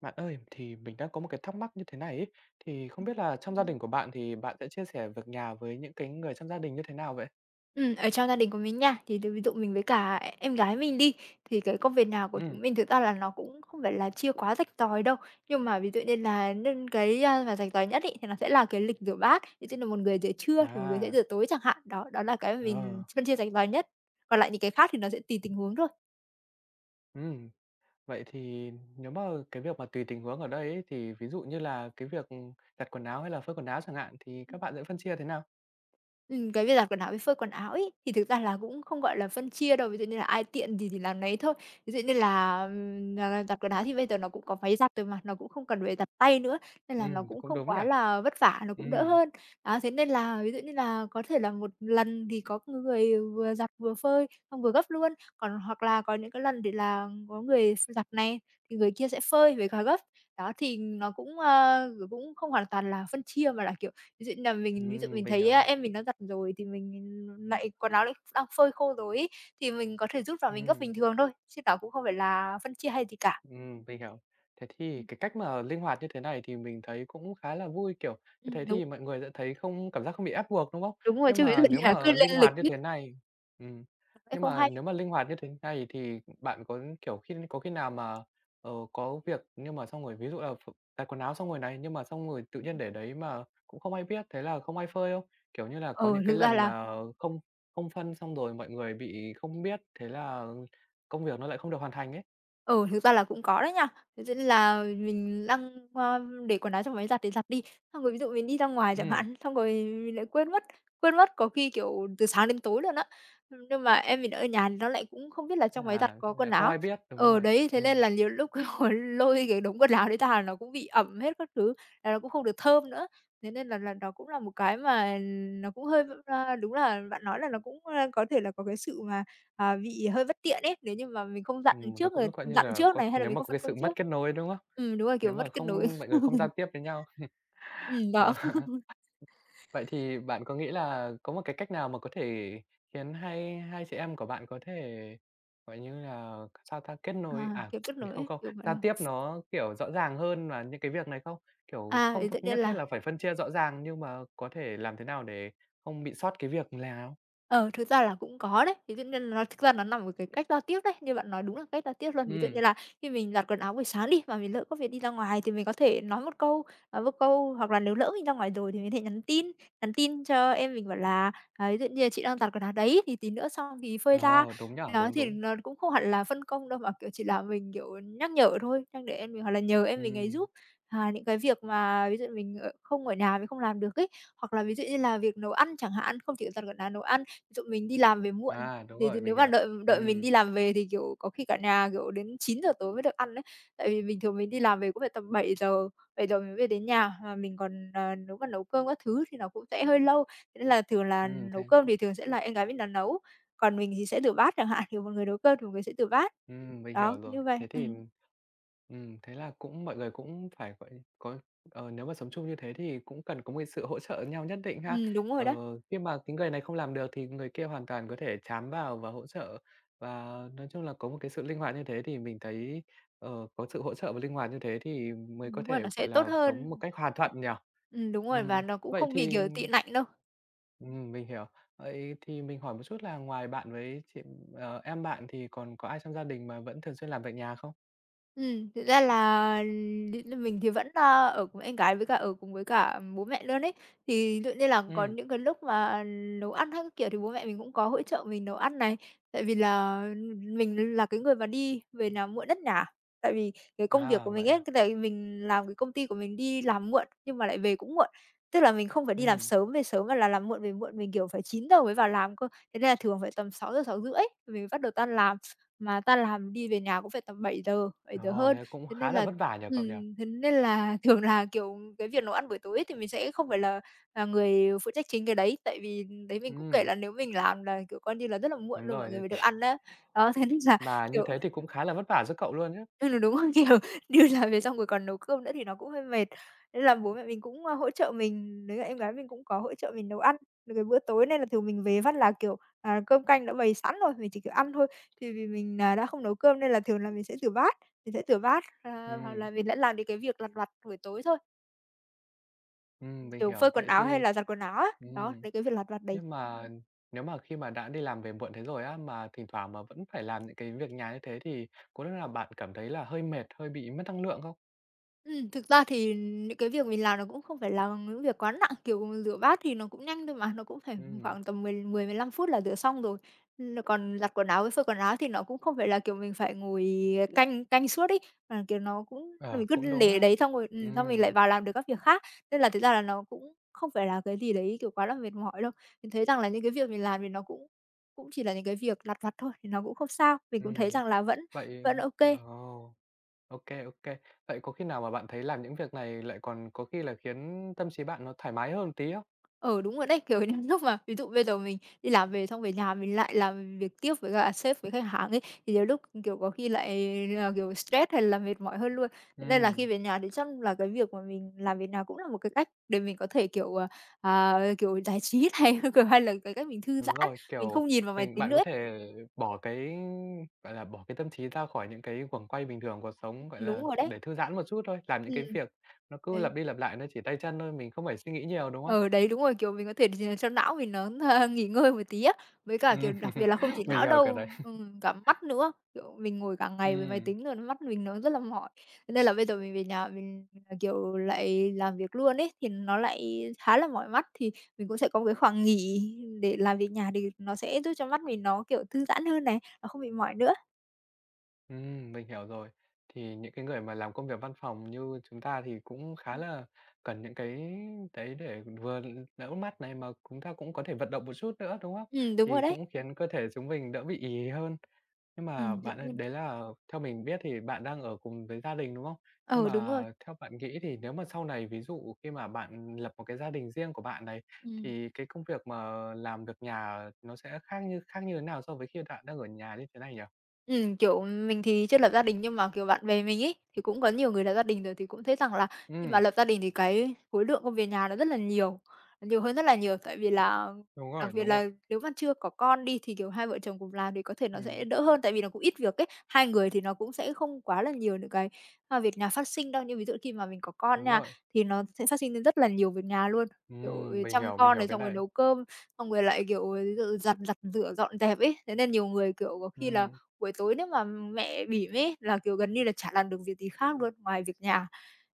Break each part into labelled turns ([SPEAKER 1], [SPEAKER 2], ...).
[SPEAKER 1] Bạn ơi, thì mình đang có một cái thắc mắc như thế này ấy, thì không
[SPEAKER 2] Ừm.
[SPEAKER 1] biết là trong gia
[SPEAKER 2] Ừm.
[SPEAKER 1] đình của bạn thì bạn sẽ chia sẻ việc nhà với những cái người trong gia đình như thế nào vậy?
[SPEAKER 2] Ở trong gia đình của mình nha, thì từ ví dụ mình với cả em gái mình đi, thì cái công việc nào của
[SPEAKER 1] Ừ,
[SPEAKER 2] chúng mình thực ra là nó cũng không phải là chia quá rạch ròi đâu. Nhưng mà ví dụ như là nên cái, mà rạch ròi nhất ấy, thì nó sẽ là cái lịch rửa bát, ví dụ như là một người rửa trưa thì một người sẽ
[SPEAKER 1] à,
[SPEAKER 2] rửa tối chẳng hạn. Đó, đó là cái mà mình
[SPEAKER 1] ờ,
[SPEAKER 2] phân chia rạch ròi nhất, còn lại những cái khác thì nó sẽ tùy tình huống thôi.
[SPEAKER 1] ừm. Vậy thì nếu mà cái việc mà tùy tình huống ở đây ấy, thì ví dụ như là cái việc, giặt quần áo hay là phơi quần áo chẳng hạn thì các bạn sẽ phân chia thế nào?
[SPEAKER 2] Cái việc giặt quần áo với phơi quần áo ấy, thì thực ra là cũng không, gọi là, phân chia đâu, ví dụ như là ai tiện gì thì làm nấy thôi. Ví dụ như là, là giặt quần áo thì bây giờ nó cũng có máy giặt rồi mà, nó cũng không cần phải giặt tay nữa, nên là nó
[SPEAKER 1] Ừ,
[SPEAKER 2] cũng
[SPEAKER 1] cũng
[SPEAKER 2] không
[SPEAKER 1] đúng nhỉ?
[SPEAKER 2] quá là vất vả, nó
[SPEAKER 1] Ừ,
[SPEAKER 2] cũng đỡ hơn. Đó, thế nên là ví dụ như là có thể là một lần thì có người vừa giặt vừa phơi, xong vừa gấp luôn, còn hoặc là có những cái lần thì là có người giặt này, thì người kia sẽ phơi với cả gấp. Đó, thì nó cũng, ơ, g cũng không hoàn toàn là phân chia mà là, kiểu. Ví dụ như là mình ví dụ mình
[SPEAKER 1] mình
[SPEAKER 2] thấy,
[SPEAKER 1] hiểu.
[SPEAKER 2] em mình nó giặt rồi thì mình lại quần áo lại đang phơi khô rồi ấy, thì mình có thể giúp vào mình gấp
[SPEAKER 1] Ừm.
[SPEAKER 2] bình thường thôi, chứ nó cũng không phải là phân chia hay gì cả.
[SPEAKER 1] Mình hiểu. Thế thì
[SPEAKER 2] Ừm.
[SPEAKER 1] cái cách mà linh hoạt như thế này thì mình thấy cũng khá là vui, kiểu, như thế
[SPEAKER 2] Ừm. đúng,
[SPEAKER 1] thì mọi người sẽ thấy không cảm giác không bị ép buộc, đúng không?
[SPEAKER 2] đúng rồi,
[SPEAKER 1] Nhưng
[SPEAKER 2] chứ ví dụ
[SPEAKER 1] mà
[SPEAKER 2] như
[SPEAKER 1] nếu
[SPEAKER 2] là cứ
[SPEAKER 1] mà linh
[SPEAKER 2] lên lịch
[SPEAKER 1] hoạt như
[SPEAKER 2] miết
[SPEAKER 1] thế này ừm,
[SPEAKER 2] nó sẽ
[SPEAKER 1] nhưng
[SPEAKER 2] không
[SPEAKER 1] mà
[SPEAKER 2] hay.
[SPEAKER 1] nếu mà linh hoạt như thế này thì bạn có, kiểu, khi có khi nào mà, có việc nhưng mà xong rồi ví dụ là giặt quần áo xong rồi này, nhưng mà xong rồi tự nhiên để đấy mà cũng không ai biết, thế là không ai phơi không? Kiểu như là, có
[SPEAKER 2] Ừ,
[SPEAKER 1] những cái
[SPEAKER 2] thực ra
[SPEAKER 1] lần
[SPEAKER 2] là
[SPEAKER 1] mà không không phân xong rồi mọi người bị không biết, thế là công việc nó lại không được hoàn thành ấy.
[SPEAKER 2] Ừ, thực ra là cũng có đấy nha. Thế nên là mình đang, để quần áo trong máy giặt để giặt đi, xong rồi ví dụ mình đi ra ngoài chẳng
[SPEAKER 1] Ừm.
[SPEAKER 2] hạn, xong rồi mình lại quên mất, có khi, kiểu, từ sáng đến tối luôn á. Nhưng mà em mình ở nhà thì nó lại cũng không biết là trong máy giặt
[SPEAKER 1] À,
[SPEAKER 2] có quần
[SPEAKER 1] à, không
[SPEAKER 2] áo.
[SPEAKER 1] ai biết, đúng
[SPEAKER 2] Ừ,
[SPEAKER 1] rồi.
[SPEAKER 2] đấy, thế nên
[SPEAKER 1] Ừm,
[SPEAKER 2] là nhiều lúc mà lôi cái đống quần áo đấy ra là nó cũng bị ẩm hết các thứ, là nó cũng không được thơm nữa. Thế nên là nó cũng là một cái mà nó cũng hơi, đúng là bạn nói là nó cũng, có thể là có cái sự mà à, bị hơi bất tiện ấy, nếu như mà mình không dặn
[SPEAKER 1] nó
[SPEAKER 2] trước rồi
[SPEAKER 1] cũng gọi như
[SPEAKER 2] dặn
[SPEAKER 1] là
[SPEAKER 2] trước
[SPEAKER 1] có
[SPEAKER 2] này, hay là
[SPEAKER 1] nếu
[SPEAKER 2] mình
[SPEAKER 1] mà
[SPEAKER 2] không
[SPEAKER 1] có
[SPEAKER 2] phân
[SPEAKER 1] cái
[SPEAKER 2] công
[SPEAKER 1] sự mất
[SPEAKER 2] trước.
[SPEAKER 1] kết nối, đúng không?
[SPEAKER 2] Đúng rồi, kiểu,
[SPEAKER 1] Nếu mà
[SPEAKER 2] mất kết nối.
[SPEAKER 1] không mọi người không giao tiếp với nhau.
[SPEAKER 2] Đó,
[SPEAKER 1] Ờ, vậy thì bạn có nghĩ là có một cái cách nào mà có thể khiến hai hai chị em của bạn có thể, gọi như là, sao ta, kết nối
[SPEAKER 2] à,
[SPEAKER 1] à?
[SPEAKER 2] kiểu, kết nối
[SPEAKER 1] Không,
[SPEAKER 2] ấy,
[SPEAKER 1] không,
[SPEAKER 2] kiểu vậy
[SPEAKER 1] giao
[SPEAKER 2] đó.
[SPEAKER 1] tiếp nó, kiểu, rõ ràng hơn và những cái việc này không? Kiểu,
[SPEAKER 2] À,
[SPEAKER 1] không
[SPEAKER 2] thế tự nhiên
[SPEAKER 1] nhất thiết
[SPEAKER 2] là.
[SPEAKER 1] là phải phân chia rõ ràng, nhưng mà có thể làm thế nào để không bị sót cái việc nào?
[SPEAKER 2] Ờ, thực ra là cũng có đấy. Ví dụ như là nó thực ra nó nằm ở cái cách giao tiếp đấy, như bạn nói đúng là cách giao tiếp luôn. Ví dụ như
[SPEAKER 1] Ừm,
[SPEAKER 2] là khi mình giặt quần áo buổi sáng đi, mà mình lỡ có việc đi ra ngoài thì mình có thể nói một câu, hoặc là nếu lỡ mình ra ngoài rồi thì mình có thể nhắn tin, cho em mình bảo là, à, ví dụ như là "Chị đang giặt quần áo đấy, thì tí nữa xong thì phơi ra."
[SPEAKER 1] ờ, đúng nhở
[SPEAKER 2] Đó,
[SPEAKER 1] đúng,
[SPEAKER 2] thì
[SPEAKER 1] đúng.
[SPEAKER 2] nó cũng không hẳn là phân công đâu, mà, kiểu, chỉ là mình, kiểu, nhắc nhở thôi, nhắc để em mình hoặc là nhờ em mình ấy
[SPEAKER 1] Ừm.
[SPEAKER 2] giúp, à, những cái việc mà ví dụ mình không ở nhà mình không làm được ấy. Hoặc là ví dụ như là việc nấu ăn chẳng hạn, không chỉ giặt quần áo, nấu ăn. Ví dụ mình đi làm về muộn,
[SPEAKER 1] À, đúng
[SPEAKER 2] thì
[SPEAKER 1] rồi,
[SPEAKER 2] nếu
[SPEAKER 1] mình
[SPEAKER 2] mà
[SPEAKER 1] hiểu.
[SPEAKER 2] đợi đợi mình
[SPEAKER 1] Ừm,
[SPEAKER 2] đi làm về thì, kiểu, có khi cả nhà, kiểu, đến 9 giờ tối mới được ăn ấy. Tại vì bình thường mình đi làm về cũng phải tầm 7 giờ mình mới đến nhà, mà mình còn, ờ, nếu mà nấu cơm các thứ thì nó cũng sẽ hơi lâu. Thế nên là thường là nấu
[SPEAKER 1] thế
[SPEAKER 2] cơm thì thường sẽ là em gái mình là nấu, còn mình thì sẽ rửa bát chẳng hạn, thì một người nấu cơm thì một người sẽ rửa bát.
[SPEAKER 1] mình
[SPEAKER 2] Đó,
[SPEAKER 1] hiểu rồi.
[SPEAKER 2] như vậy.
[SPEAKER 1] Thế thì,
[SPEAKER 2] Ừm.
[SPEAKER 1] thế là cũng mọi người cũng phải, có nếu mà sống chung như thế thì cũng cần có một cái sự hỗ trợ nhau nhất định ha.
[SPEAKER 2] Ừm, đúng rồi
[SPEAKER 1] Ờ,
[SPEAKER 2] đó.
[SPEAKER 1] khi mà cái người này không làm được thì người kia hoàn toàn có thể trám vào và hỗ trợ, và nói chung là có một cái sự linh hoạt như thế thì mình thấy, có sự hỗ trợ và linh hoạt như thế thì mới có
[SPEAKER 2] Đúng rồi,
[SPEAKER 1] thể,
[SPEAKER 2] nó sẽ
[SPEAKER 1] gọi
[SPEAKER 2] tốt
[SPEAKER 1] là, sống một
[SPEAKER 2] hơn.
[SPEAKER 1] cách hòa thuận nhỉ?
[SPEAKER 2] Đúng rồi, và
[SPEAKER 1] Ừm,
[SPEAKER 2] nó cũng
[SPEAKER 1] vậy
[SPEAKER 2] không bị,
[SPEAKER 1] thì
[SPEAKER 2] kiểu, tị nạnh đâu.
[SPEAKER 1] Mình hiểu. Vậy thì mình hỏi một chút là ngoài bạn với em bạn thì còn có ai trong gia đình mà vẫn thường xuyên làm việc nhà không?
[SPEAKER 2] Thực ra là mình thì vẫn, ở cùng em gái với cả ở cùng với cả bố mẹ luôn ấy. Thì tự nhiên là có
[SPEAKER 1] Ừm,
[SPEAKER 2] những cái lúc mà nấu ăn hay các kiểu thì bố mẹ mình cũng có hỗ trợ mình nấu ăn này, tại vì là mình là cái người mà đi về làm muộn nhất nhà. Tại vì cái công việc của
[SPEAKER 1] à, vậy
[SPEAKER 2] mình ấy,
[SPEAKER 1] à?
[SPEAKER 2] cái tại vì mình làm cái công ty của mình đi làm muộn nhưng mà lại về cũng muộn. Tức là mình không phải đi làm
[SPEAKER 1] Ừm,
[SPEAKER 2] sớm về sớm mà là làm muộn về muộn, mình, kiểu, phải 9 giờ mới vào làm cơ, thế nên là thường phải tầm 6 giờ 6 rưỡi mình mới bắt đầu tan làm. Mà ta làm đi về nhà cũng phải tầm bảy giờ, bảy giờ
[SPEAKER 1] ồ,
[SPEAKER 2] hơn,
[SPEAKER 1] thế cũng
[SPEAKER 2] thế nên
[SPEAKER 1] khá là
[SPEAKER 2] là
[SPEAKER 1] vất vả nhỉ cậu nhỉ?
[SPEAKER 2] thế nên là thường là, kiểu, cái việc nấu ăn buổi tối thì mình sẽ không phải là người phụ trách chính cái đấy, tại vì đấy mình cũng kể
[SPEAKER 1] Ừm,
[SPEAKER 2] là nếu mình làm là, kiểu, coi như là rất là muộn
[SPEAKER 1] đúng
[SPEAKER 2] luôn mọi
[SPEAKER 1] rồi,
[SPEAKER 2] người
[SPEAKER 1] thế
[SPEAKER 2] mới được
[SPEAKER 1] thì
[SPEAKER 2] ăn á. Đó, thế nên là,
[SPEAKER 1] mà như
[SPEAKER 2] kiểu.
[SPEAKER 1] thế thì cũng khá là vất vả cho cậu luôn chứ.
[SPEAKER 2] Ừ, đúng rồi, kiểu, đi làm về xong rồi còn nấu cơm nữa thì nó cũng hơi mệt. Nên là bố mẹ mình cũng, hỗ trợ mình, với cả em gái mình cũng có hỗ trợ mình nấu ăn được cái bữa tối nên là thường mình về phát là, kiểu, à, cơm canh đã bày sẵn rồi, mình chỉ, kiểu, ăn thôi. Thì vì mình, à, đã không nấu cơm nên là thường là mình sẽ rửa bát, à, hoặc
[SPEAKER 1] Ừm,
[SPEAKER 2] là mình sẽ làm những cái việc lặt vặt buổi tối thôi,
[SPEAKER 1] mình
[SPEAKER 2] kiểu, phơi
[SPEAKER 1] hiểu.
[SPEAKER 2] quần
[SPEAKER 1] Vậy
[SPEAKER 2] áo hay
[SPEAKER 1] thì
[SPEAKER 2] là giặt quần áo á. Đó,
[SPEAKER 1] ừm,
[SPEAKER 2] những cái việc lặt vặt đấy.
[SPEAKER 1] nhưng mà nếu mà khi mà đã đi làm về muộn thế rồi á, mà thỉnh thoảng mà vẫn phải làm những cái việc nhà như thế thì có lúc nào bạn cảm thấy là hơi mệt, hơi bị mất năng lượng không?
[SPEAKER 2] Thực ra thì những cái việc mình làm nó cũng không phải là những việc quá nặng, kiểu, rửa bát thì nó cũng nhanh thôi mà, nó cũng phải
[SPEAKER 1] Ừm.
[SPEAKER 2] khoảng tầm mười mười 15 phút là rửa xong rồi. Còn giặt quần áo với phơi quần áo thì nó cũng không phải là, kiểu, mình phải ngồi canh canh suốt ấy, mà, kiểu, nó cũng
[SPEAKER 1] Ờ,
[SPEAKER 2] mình cứ
[SPEAKER 1] cũng đúng
[SPEAKER 2] để
[SPEAKER 1] ha.
[SPEAKER 2] đấy xong rồi xong mình lại
[SPEAKER 1] Ừm.
[SPEAKER 2] vào làm được các việc khác, nên là thực ra là nó cũng không phải là cái gì đấy, kiểu, quá là mệt mỏi đâu. Mình thấy rằng là những cái việc mình làm thì nó cũng cũng chỉ là những cái việc lặt vặt thôi, thì nó cũng không sao, mình cũng thấy
[SPEAKER 1] ừm,
[SPEAKER 2] rằng là vẫn
[SPEAKER 1] vậy
[SPEAKER 2] vẫn OK.
[SPEAKER 1] ồ, ok ok. Vậy có khi nào mà bạn thấy làm những việc này lại còn có khi là khiến tâm trí bạn nó thoải mái hơn tí không?
[SPEAKER 2] Ừ, đúng rồi đấy, kiểu, những lúc mà ví dụ bây giờ mình đi làm về xong về nhà mình lại làm việc tiếp với cả sếp với khách hàng ấy, thì nhiều lúc, kiểu, có khi lại là, kiểu, stress hay là mệt mỏi hơn luôn. Thế nên là khi
[SPEAKER 1] Ừm,
[SPEAKER 2] về nhà thì chắc là cái việc mà mình làm việc nào cũng là một cái cách để mình có thể, kiểu, à, kiểu, giải trí này, kiểu, hay là cái cách mình thư
[SPEAKER 1] đúng
[SPEAKER 2] giãn,
[SPEAKER 1] rồi,
[SPEAKER 2] mình
[SPEAKER 1] kiểu,
[SPEAKER 2] không nhìn vào máy tính
[SPEAKER 1] bạn
[SPEAKER 2] nữa
[SPEAKER 1] có
[SPEAKER 2] ấy.
[SPEAKER 1] thể bỏ cái, gọi là, bỏ cái tâm trí ra khỏi những cái guồng quay bình thường của cuộc sống, gọi
[SPEAKER 2] Đúng
[SPEAKER 1] là,
[SPEAKER 2] rồi đấy.
[SPEAKER 1] để thư giãn một chút thôi, làm những cái
[SPEAKER 2] Ừm.
[SPEAKER 1] việc nó cứ
[SPEAKER 2] Đấy.
[SPEAKER 1] lặp đi lặp lại, nó chỉ tay chân thôi, mình không phải suy nghĩ nhiều, đúng không?
[SPEAKER 2] Ừ, đấy, đúng rồi, kiểu, mình có thể cho não mình nó, nghỉ ngơi một tí á, với cả, kiểu,
[SPEAKER 1] Ừm,
[SPEAKER 2] đặc biệt là không chỉ
[SPEAKER 1] mình
[SPEAKER 2] não
[SPEAKER 1] hiểu cái
[SPEAKER 2] đâu,
[SPEAKER 1] đấy.
[SPEAKER 2] cả mắt nữa, kiểu, mình ngồi cả ngày với máy
[SPEAKER 1] Ừm.
[SPEAKER 2] tính rồi mắt mình nó rất là mỏi. Thế nên là bây giờ mình về nhà mình, à, kiểu, lại làm việc luôn ấy, thì nó lại khá là mỏi mắt, thì mình cũng sẽ có một cái khoảng nghỉ để làm việc nhà thì nó sẽ giúp cho mắt mình nó, kiểu, thư giãn hơn này, nó không bị mỏi nữa.
[SPEAKER 1] Mình hiểu rồi. Thì những cái người mà làm công việc văn phòng như chúng ta thì cũng khá là cần những cái đấy để vừa đỡ mắt này, mà chúng ta cũng có thể vận động một chút nữa, đúng không?
[SPEAKER 2] Đúng rồi
[SPEAKER 1] Thì
[SPEAKER 2] đấy.
[SPEAKER 1] cũng khiến cơ thể chúng mình đỡ bị ì hơn. Nhưng mà
[SPEAKER 2] Chuẩn
[SPEAKER 1] bạn ơi,
[SPEAKER 2] luôn.
[SPEAKER 1] đấy là theo mình biết thì bạn đang ở cùng với gia đình, đúng không? Nhưng
[SPEAKER 2] Ừ, đúng
[SPEAKER 1] mà
[SPEAKER 2] rồi.
[SPEAKER 1] theo bạn nghĩ thì nếu mà sau này, ví dụ khi mà bạn lập một cái gia đình riêng của bạn này,
[SPEAKER 2] Ừm.
[SPEAKER 1] thì cái công việc mà làm việc nhà nó sẽ khác như thế nào so với khi bạn đang ở nhà như thế này nhỉ?
[SPEAKER 2] Kiểu, mình thì chưa lập gia đình nhưng mà, kiểu, bạn bè mình ấy, thì cũng có nhiều người lập gia đình rồi thì cũng thấy rằng là khi mà
[SPEAKER 1] Ừm.
[SPEAKER 2] lập gia đình thì cái khối lượng công việc nhà nó rất là nhiều, nó nhiều hơn rất là nhiều. Tại vì là
[SPEAKER 1] Đúng
[SPEAKER 2] đặc
[SPEAKER 1] rồi,
[SPEAKER 2] biệt
[SPEAKER 1] đúng rồi.
[SPEAKER 2] là nếu mà chưa có con đi thì, kiểu, hai vợ chồng cùng làm thì có thể nó sẽ
[SPEAKER 1] Ừm,
[SPEAKER 2] đỡ hơn, tại vì nó cũng ít việc ấy, hai người thì nó cũng sẽ không quá là nhiều những cái việc nhà phát sinh đâu. Nhưng ví dụ khi mà mình có con
[SPEAKER 1] đúng
[SPEAKER 2] nha,
[SPEAKER 1] rồi.
[SPEAKER 2] thì nó sẽ phát sinh lên rất là nhiều việc nhà luôn, kiểu, chăm
[SPEAKER 1] Mình
[SPEAKER 2] con
[SPEAKER 1] hiểu
[SPEAKER 2] này,
[SPEAKER 1] cái
[SPEAKER 2] xong rồi
[SPEAKER 1] này.
[SPEAKER 2] nấu cơm, xong rồi lại, kiểu, ờ, d giặt giặt rửa dọn dẹp ấy. Thế nên nhiều người, kiểu, có khi là
[SPEAKER 1] Ừm,
[SPEAKER 2] buổi tối nếu mà mẹ bỉm ấy là, kiểu, gần như là chả làm được việc gì khác luôn ngoài việc nhà,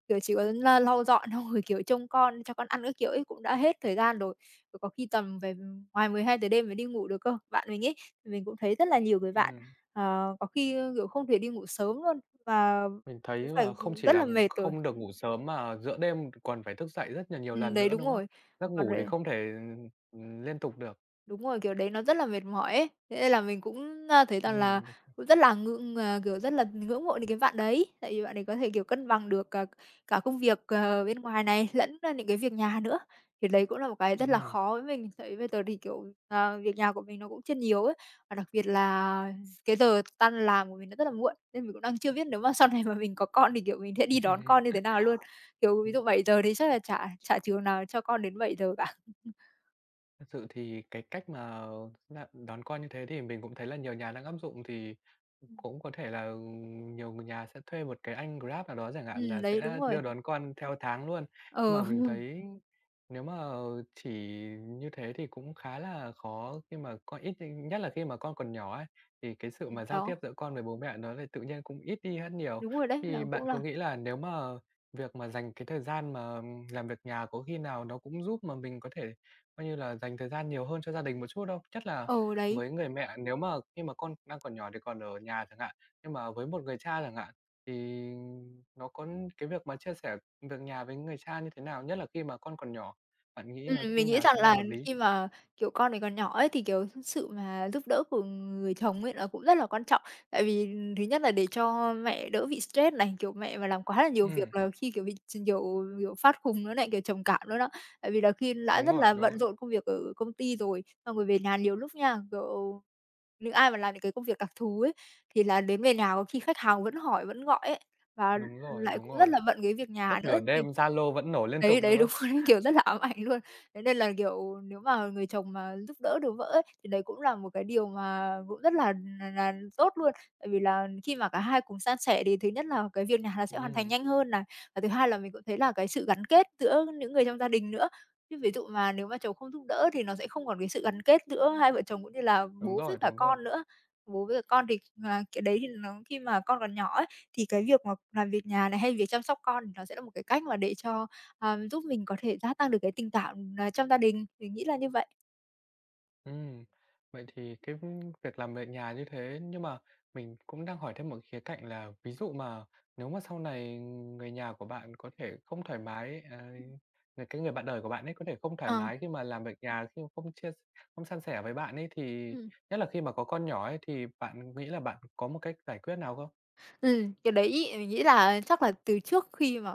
[SPEAKER 2] kiểu, chỉ có la lau dọn xong rồi, kiểu, trông con, cho con ăn các kiểu ấy cũng đã hết thời gian rồi. Rồi có khi tầm về ngoài 12 giờ đêm mới đi ngủ được cơ. Bạn mình ấy, mình cũng thấy rất là nhiều người bạn,
[SPEAKER 1] ừm,
[SPEAKER 2] có khi, kiểu, không thể đi ngủ sớm luôn và
[SPEAKER 1] mình thấy
[SPEAKER 2] cũng phải
[SPEAKER 1] là không chỉ
[SPEAKER 2] rất
[SPEAKER 1] là
[SPEAKER 2] là mệt rồi.
[SPEAKER 1] không được ngủ sớm mà giữa đêm còn phải thức dậy rất là nhiều lần
[SPEAKER 2] Đấy,
[SPEAKER 1] nữa,
[SPEAKER 2] đúng
[SPEAKER 1] đúng không?
[SPEAKER 2] rồi.
[SPEAKER 1] Giấc
[SPEAKER 2] Còn
[SPEAKER 1] ngủ thì
[SPEAKER 2] lại
[SPEAKER 1] không thể, liên tục được.
[SPEAKER 2] Đúng rồi, kiểu, đấy nó rất là mệt mỏi ấy. Thế nên là mình cũng thấy rằng là
[SPEAKER 1] Ừm,
[SPEAKER 2] cũng rất là kiểu, rất là ngưỡng mộ những cái bạn đấy, tại vì bạn ấy có thể, kiểu, cân bằng được cả cả công việc, bên ngoài này lẫn, những cái việc nhà nữa. Thì đấy cũng là một cái rất là
[SPEAKER 1] ừm.
[SPEAKER 2] khó với mình, tại vì bây giờ thì, kiểu, việc nhà của mình nó cũng chưa nhiều ấy, và đặc biệt là cái giờ tan làm của mình nó rất là muộn, nên mình cũng đang chưa biết nếu mà sau này mà mình có con thì, kiểu, mình sẽ đi đón con như thế nào luôn. Kiểu, ví dụ 7 giờ thì chắc là chả chả trường nào cho con đến 7 giờ cả.
[SPEAKER 1] Thật sự thì cái cách mà đón con như thế thì mình cũng thấy là nhiều nhà đang áp dụng thì
[SPEAKER 2] Ừm.
[SPEAKER 1] cũng có thể là nhiều người nhà sẽ thuê một cái anh Grab nào đó chẳng hạn là
[SPEAKER 2] Đấy, đúng
[SPEAKER 1] sẽ
[SPEAKER 2] rồi.
[SPEAKER 1] đưa đón con theo tháng luôn. Nhưng
[SPEAKER 2] Ờ.
[SPEAKER 1] mà mình
[SPEAKER 2] Ừ.
[SPEAKER 1] thấy nếu mà chỉ như thế thì cũng khá là khó khi mà con ít nhất là khi mà con còn nhỏ ấy, thì cái sự mà giao
[SPEAKER 2] Đó,
[SPEAKER 1] tiếp giữa con với bố mẹ nó lại tự nhiên cũng ít đi hơn nhiều.
[SPEAKER 2] đúng rồi đấy, là
[SPEAKER 1] Thì
[SPEAKER 2] cũng
[SPEAKER 1] bạn có
[SPEAKER 2] là
[SPEAKER 1] nghĩ là nếu mà việc mà dành cái thời gian mà, làm việc nhà có khi nào nó cũng giúp mà mình có thể coi như là dành thời gian nhiều hơn cho gia đình một chút không? Nhất là
[SPEAKER 2] ờ đấy,
[SPEAKER 1] với người mẹ nếu mà khi mà con đang còn nhỏ thì còn ở nhà chẳng hạn, nhưng mà với một người cha chẳng hạn, thì nó có cái việc mà chia sẻ việc nhà với người cha như thế nào? Nhất là khi mà con còn nhỏ, bạn nghĩ nó
[SPEAKER 2] ừm,
[SPEAKER 1] như
[SPEAKER 2] mình nghĩ
[SPEAKER 1] nào
[SPEAKER 2] rằng
[SPEAKER 1] sẽ là
[SPEAKER 2] là
[SPEAKER 1] hợp lý?
[SPEAKER 2] khi mà, kiểu, con mình còn nhỏ ấy, thì, kiểu, sự mà giúp đỡ của người chồng ấy, nó cũng rất là quan trọng. Tại vì thứ nhất là để cho mẹ đỡ bị stress này, kiểu, mẹ mà làm quá là nhiều
[SPEAKER 1] Ừm,
[SPEAKER 2] việc là khi, kiểu, bị ch nhiều kiểu, phát khùng nữa này, kiểu, trầm cảm nữa đó. Tại vì là khi đã
[SPEAKER 1] đúng
[SPEAKER 2] rất
[SPEAKER 1] rồi,
[SPEAKER 2] là
[SPEAKER 1] đúng
[SPEAKER 2] bận
[SPEAKER 1] rồi.
[SPEAKER 2] rộn công việc ở công ty rồi, xong rồi về nhà nhiều lúc nha, kiểu, những ai mà làm những cái công việc đặc thù ấy, thì là đến về nhà có khi khách hàng vẫn hỏi, vẫn gọi ấy, và
[SPEAKER 1] Đúng rồi,
[SPEAKER 2] lại
[SPEAKER 1] đúng
[SPEAKER 2] cũng rất
[SPEAKER 1] rồi.
[SPEAKER 2] là bận cái việc
[SPEAKER 1] Suốt
[SPEAKER 2] nhà nữa
[SPEAKER 1] nửa
[SPEAKER 2] thì
[SPEAKER 1] đêm Zalo vẫn nổ liên tục,
[SPEAKER 2] đấy,
[SPEAKER 1] đúng
[SPEAKER 2] đấy, đúng
[SPEAKER 1] không?
[SPEAKER 2] rồi. Đấy, kiểu, rất là ám ảnh luôn. Thế nên là, kiểu, nếu mà người chồng mà giúp đỡ được vợ ấy, thì đấy cũng là một cái điều mà cũng rất là tốt luôn. Tại vì là khi mà cả hai cùng san sẻ thì thứ nhất là cái việc nhà nó sẽ hoàn thành
[SPEAKER 1] Ừm,
[SPEAKER 2] nhanh hơn này, và thứ hai là mình cũng thấy là cái sự gắn kết giữa những người trong gia đình nữa. Chứ ví dụ mà nếu mà chồng không giúp đỡ thì nó sẽ không còn cái sự gắn kết giữa hai vợ chồng cũng như là
[SPEAKER 1] đúng
[SPEAKER 2] bố với
[SPEAKER 1] rồi,
[SPEAKER 2] cả
[SPEAKER 1] đúng rồi.
[SPEAKER 2] con nữa. Bố với cả con thì, cái đấy thì nó khi mà con còn nhỏ ấy, thì cái việc mà làm việc nhà này hay việc chăm sóc con thì nó sẽ là một cái cách mà để cho giúp mình có thể gia tăng được cái tình cảm, trong gia đình, mình nghĩ là như vậy.
[SPEAKER 1] Ừm, vậy thì cái việc làm việc nhà như thế nhưng mà mình cũng đang hỏi thêm một khía cạnh là ví dụ mà nếu mà sau này người nhà của bạn có thể không thoải mái, à, người bạn đời của bạn ấy có thể không thoải
[SPEAKER 2] Ờ,
[SPEAKER 1] mái khi mà làm việc nhà, khi mà không san sẻ với bạn ấy thì
[SPEAKER 2] ừm.
[SPEAKER 1] nhất là khi mà có con nhỏ ấy thì bạn nghĩ là bạn có một cách giải quyết nào không?
[SPEAKER 2] Cái đấy mình nghĩ là chắc là từ trước khi mà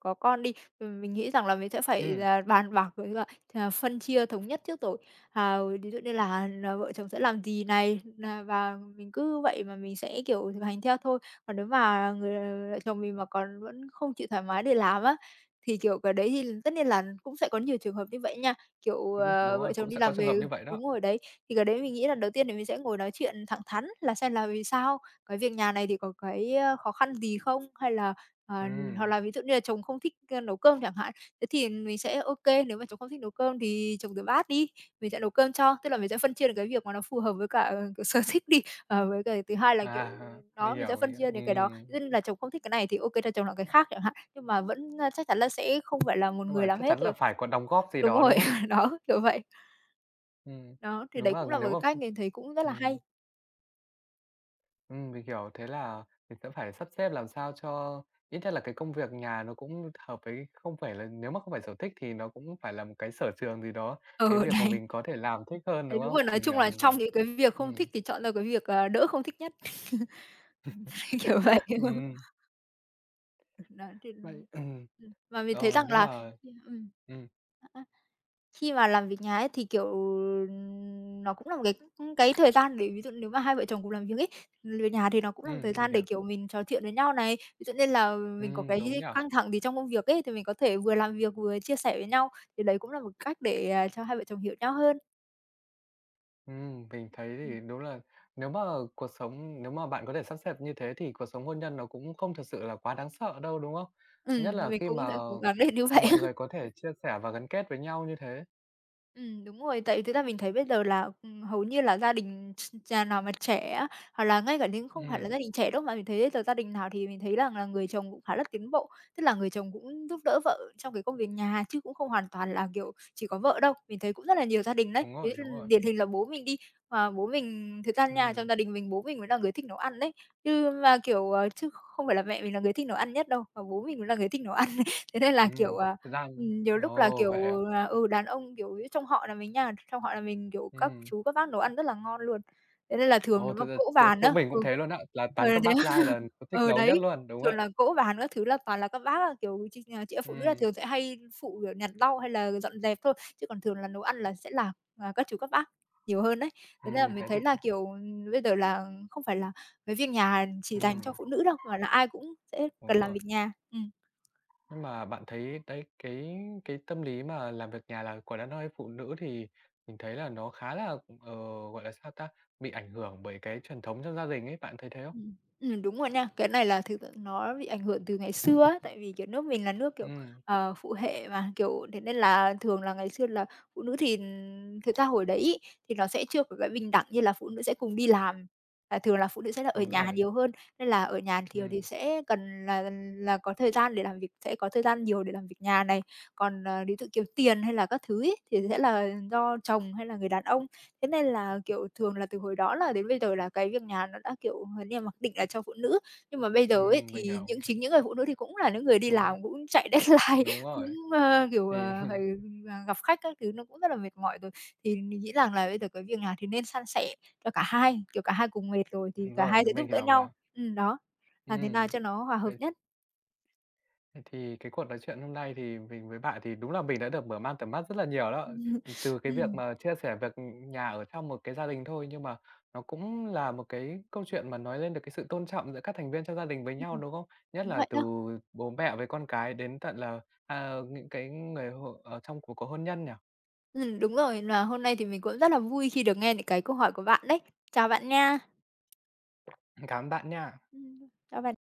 [SPEAKER 2] có con đi, mình nghĩ rằng là mình sẽ phải
[SPEAKER 1] Ừm,
[SPEAKER 2] là bàn bạc với cả, phân chia thống nhất trước rồi. À, ví dụ như là vợ chồng sẽ làm gì này, nà và mình cứ vậy mà mình sẽ, kiểu, thực hành theo thôi. Còn nếu mà vợ chồng mình mà còn vẫn không chịu thoải mái để làm á, thì, kiểu, cái đấy thì tất nhiên là cũng sẽ có nhiều trường hợp như vậy nha. Kiểu,
[SPEAKER 1] cũng đúng
[SPEAKER 2] vợ
[SPEAKER 1] rồi,
[SPEAKER 2] chồng
[SPEAKER 1] cũng
[SPEAKER 2] đi
[SPEAKER 1] sẽ có
[SPEAKER 2] làm
[SPEAKER 1] trường
[SPEAKER 2] về
[SPEAKER 1] hợp như vậy đó.
[SPEAKER 2] đúng rồi đấy, thì cái đấy mình nghĩ là đầu tiên thì mình sẽ ngồi nói chuyện thẳng thắn là xem là vì sao cái việc nhà này thì có cái khó khăn gì không? Hay là, ờ, hoặc
[SPEAKER 1] Ừm,
[SPEAKER 2] là ví dụ như là chồng không thích, nấu cơm chẳng hạn, thế thì mình sẽ ok nếu mà chồng không thích nấu cơm thì chồng rửa bát đi, mình sẽ nấu cơm cho. Tức là mình sẽ phân chia được cái việc mà nó phù hợp với cả, kiểu, sở thích đi, với cái thứ hai là, kiểu,
[SPEAKER 1] à,
[SPEAKER 2] đó,
[SPEAKER 1] mình
[SPEAKER 2] mình sẽ
[SPEAKER 1] hiểu, mình
[SPEAKER 2] phân
[SPEAKER 1] hiểu.
[SPEAKER 2] chia đến cái đó. Ví dụ như là chồng không thích cái này thì ok cho chồng làm cái khác chẳng hạn, nhưng mà vẫn, chắc chắn là sẽ không phải là một
[SPEAKER 1] Nhưng
[SPEAKER 2] người
[SPEAKER 1] mà
[SPEAKER 2] làm
[SPEAKER 1] chắc
[SPEAKER 2] hết
[SPEAKER 1] chắn
[SPEAKER 2] rồi.
[SPEAKER 1] là phải có đóng góp gì
[SPEAKER 2] Đúng
[SPEAKER 1] đó,
[SPEAKER 2] rồi,
[SPEAKER 1] đúng không?
[SPEAKER 2] đó, kiểu vậy.
[SPEAKER 1] Ừm,
[SPEAKER 2] Đó, thì
[SPEAKER 1] đúng
[SPEAKER 2] đấy
[SPEAKER 1] là
[SPEAKER 2] cũng là một
[SPEAKER 1] nếu
[SPEAKER 2] cái
[SPEAKER 1] mà
[SPEAKER 2] cách mình thấy cũng rất là hay.
[SPEAKER 1] ừm, mình hiểu. Thế là mình sẽ phải sắp xếp làm sao cho ít nhất là cái công việc nhà nó cũng hợp với không phải là nếu mà không phải sở thích thì nó cũng phải là một cái sở trường gì đó, cái
[SPEAKER 2] Ừ,
[SPEAKER 1] việc mà
[SPEAKER 2] đấy.
[SPEAKER 1] mình có thể làm thích hơn,
[SPEAKER 2] Đấy,
[SPEAKER 1] đúng
[SPEAKER 2] đúng
[SPEAKER 1] không?
[SPEAKER 2] rồi, nói
[SPEAKER 1] Mình
[SPEAKER 2] chung
[SPEAKER 1] hiểu,
[SPEAKER 2] là
[SPEAKER 1] mình
[SPEAKER 2] trong
[SPEAKER 1] hiểu.
[SPEAKER 2] những cái việc không
[SPEAKER 1] Ừm,
[SPEAKER 2] thích thì chọn ra cái việc, đỡ không thích nhất. Kiểu vậy.
[SPEAKER 1] ừm,
[SPEAKER 2] Đó, thì
[SPEAKER 1] vậy,
[SPEAKER 2] mà mình thấy
[SPEAKER 1] ờ,
[SPEAKER 2] rằng
[SPEAKER 1] nhưng
[SPEAKER 2] là
[SPEAKER 1] mà
[SPEAKER 2] ừm,
[SPEAKER 1] ừm,
[SPEAKER 2] a, khi mà làm việc nhà ấy thì, kiểu, nó cũng là một cái thời gian để ví dụ nếu mà hai vợ chồng cùng làm việc ấy, về nhà thì nó cũng là một thời
[SPEAKER 1] mình
[SPEAKER 2] gian để,
[SPEAKER 1] hiểu.
[SPEAKER 2] kiểu, mình trò chuyện với nhau này. Ví dụ như là mình có cái
[SPEAKER 1] Đúng nhỉ?
[SPEAKER 2] căng thẳng gì trong công việc ấy, thì mình có thể vừa làm việc vừa chia sẻ với nhau, thì đấy cũng là một cách để, cho hai vợ chồng hiểu nhau hơn.
[SPEAKER 1] Mình thấy thì đúng là nếu mà cuộc sống nếu mà bạn có thể sắp xếp như thế thì cuộc sống hôn nhân nó cũng không thật sự là quá đáng sợ đâu, đúng không? Nhất là
[SPEAKER 2] Mình
[SPEAKER 1] khi
[SPEAKER 2] cũng
[SPEAKER 1] mà
[SPEAKER 2] sẽ cố gắng để như vậy.
[SPEAKER 1] mọi người có thể chia sẻ và gắn kết với nhau như thế.
[SPEAKER 2] Đúng rồi, tại vì thực ra mình thấy bây giờ là, hầu như là gia đình nhà nào mà trẻ á, hoặc là ngay cả những không phải là
[SPEAKER 1] Ừm,
[SPEAKER 2] gia đình trẻ đâu, mà mình thấy bây giờ gia đình nào thì mình thấy rằng là người chồng cũng khá là tiến bộ. Tức là người chồng cũng giúp đỡ vợ trong cái công việc nhà, chứ cũng không hoàn toàn là, kiểu, chỉ có vợ đâu. Mình thấy cũng rất là nhiều gia đình đấy,
[SPEAKER 1] đúng
[SPEAKER 2] ví
[SPEAKER 1] rồi,
[SPEAKER 2] dụ
[SPEAKER 1] đúng rồi.
[SPEAKER 2] điển hình là bố mình đi, mà bố mình thực ra trong
[SPEAKER 1] Ừm,
[SPEAKER 2] gia đình mình bố mình mới là người thích nấu ăn đấy, chứ mà, kiểu, chứ không phải là mẹ mình là người thích nấu ăn nhất đâu, mà bố mình mới là người thích nấu ăn. Thế nên là, kiểu,
[SPEAKER 1] ừm, thực ra
[SPEAKER 2] ừm, nhiều lúc là,
[SPEAKER 1] ồ,
[SPEAKER 2] kiểu,
[SPEAKER 1] vậy à?
[SPEAKER 2] đàn ông, kiểu, trong họ là mình nha, trong họ là mình, kiểu, các
[SPEAKER 1] Ừm,
[SPEAKER 2] chú, các bác nấu ăn rất là ngon luôn. Thế nên là thường
[SPEAKER 1] ồ,
[SPEAKER 2] nếu mà
[SPEAKER 1] thực ra
[SPEAKER 2] cỗ
[SPEAKER 1] chỗ
[SPEAKER 2] vàn
[SPEAKER 1] chỗ
[SPEAKER 2] á
[SPEAKER 1] mình cũng thế luôn á, là toàn các
[SPEAKER 2] thế
[SPEAKER 1] bác
[SPEAKER 2] á,
[SPEAKER 1] giai là thích nấu nhất
[SPEAKER 2] đấy,
[SPEAKER 1] luôn, đúng
[SPEAKER 2] thường
[SPEAKER 1] vậy.
[SPEAKER 2] là cỗ vàn các thứ là toàn là các bác á, kiểu, chị em phụ nữ là
[SPEAKER 1] Ừm,
[SPEAKER 2] thường sẽ hay phụ, kiểu, nhặt lau hay là dọn dẹp thôi, chứ còn thường là nấu ăn là sẽ là, các chú, các bác nhiều hơn đấy. Thế nên là mình
[SPEAKER 1] thế
[SPEAKER 2] thấy
[SPEAKER 1] thì
[SPEAKER 2] là,
[SPEAKER 1] th
[SPEAKER 2] kiểu, bây giờ là không phải là cái việc nhà chỉ dành
[SPEAKER 1] ừm,
[SPEAKER 2] cho phụ nữ đâu, mà là ai cũng sẽ cần
[SPEAKER 1] đúng
[SPEAKER 2] làm
[SPEAKER 1] rồi.
[SPEAKER 2] việc nhà. Ừm.
[SPEAKER 1] Nhưng mà bạn thấy đấy, cái tâm lý mà làm việc nhà là quả đàn ông hay phụ nữ thì mình thấy là nó khá là, gọi là, sao ta, bị ảnh hưởng bởi cái truyền thống trong gia đình ấy, bạn thấy thế không?
[SPEAKER 2] Ừm. Đúng rồi nha. Cái này là thực sự nó bị ảnh hưởng từ ngày xưa á, tại vì, kiểu, nước mình là nước, kiểu,
[SPEAKER 1] Ừm,
[SPEAKER 2] phụ hệ mà, kiểu, thế nên là thường là ngày xưa là phụ nữ thì thực ra hồi đấy thì nó sẽ chưa có cái bình đẳng như là phụ nữ sẽ cùng đi làm, và thường là phụ nữ sẽ là ở
[SPEAKER 1] đúng
[SPEAKER 2] nhà
[SPEAKER 1] rồi,
[SPEAKER 2] nhiều hơn, nên là ở nhà thì
[SPEAKER 1] ừm,
[SPEAKER 2] sẽ cần là có thời gian để làm việc sẽ có thời gian nhiều để làm việc nhà này. Còn, ví dụ, kiểu, tiền hay là các thứ ấy, thì sẽ là do chồng hay là người đàn ông. Thế nên là, kiểu, thường là từ hồi đó là đến bây giờ là cái việc nhà nó đã, kiểu, như là mặc định là cho phụ nữ. Nhưng mà bây giờ ấy, thì
[SPEAKER 1] mình
[SPEAKER 2] những
[SPEAKER 1] hiểu,
[SPEAKER 2] chính những người phụ nữ thì cũng là những người đi
[SPEAKER 1] đúng rồi,
[SPEAKER 2] làm, cũng chạy deadline,
[SPEAKER 1] đúng
[SPEAKER 2] cũng,
[SPEAKER 1] rồi,
[SPEAKER 2] kiểu,
[SPEAKER 1] thì
[SPEAKER 2] phải, gặp khách các thứ, nó cũng rất là mệt mỏi rồi. Thì mình nghĩ rằng là bây giờ cái việc nhà thì nên san sẻ cho cả hai, kiểu, cả hai cùng mệt rồi thì
[SPEAKER 1] đúng
[SPEAKER 2] cả
[SPEAKER 1] rồi,
[SPEAKER 2] hai sẽ giúp
[SPEAKER 1] mình
[SPEAKER 2] đỡ
[SPEAKER 1] hiểu
[SPEAKER 2] nhau.
[SPEAKER 1] mà,
[SPEAKER 2] Đó, làm thế nào
[SPEAKER 1] ừm,
[SPEAKER 2] cho nó hòa hợp
[SPEAKER 1] vậy
[SPEAKER 2] nhất.
[SPEAKER 1] Thế thì cái cuộc nói chuyện hôm nay thì mình với bạn thì đúng là mình đã được mở mang tầm mắt rất là nhiều đó. Từ cái việc
[SPEAKER 2] Ừm,
[SPEAKER 1] mà chia sẻ việc, nhà ở trong một cái gia đình thôi, nhưng mà nó cũng là một cái câu chuyện mà nói lên được cái sự tôn trọng giữa các thành viên trong gia đình với nhau,
[SPEAKER 2] ừm,
[SPEAKER 1] đúng không? Nhất
[SPEAKER 2] đúng
[SPEAKER 1] là
[SPEAKER 2] vậy
[SPEAKER 1] từ
[SPEAKER 2] đó.
[SPEAKER 1] bố mẹ với con cái đến tận là, à, những cái người hộ ở trong cuộc có hôn nhân nhỉ?
[SPEAKER 2] Đúng rồi, là hôm nay thì mình cũng rất là vui khi được nghe những cái câu hỏi của bạn đấy. Chào bạn nha.
[SPEAKER 1] Cảm ơn bạn nha.
[SPEAKER 2] Ừ, chào bạn.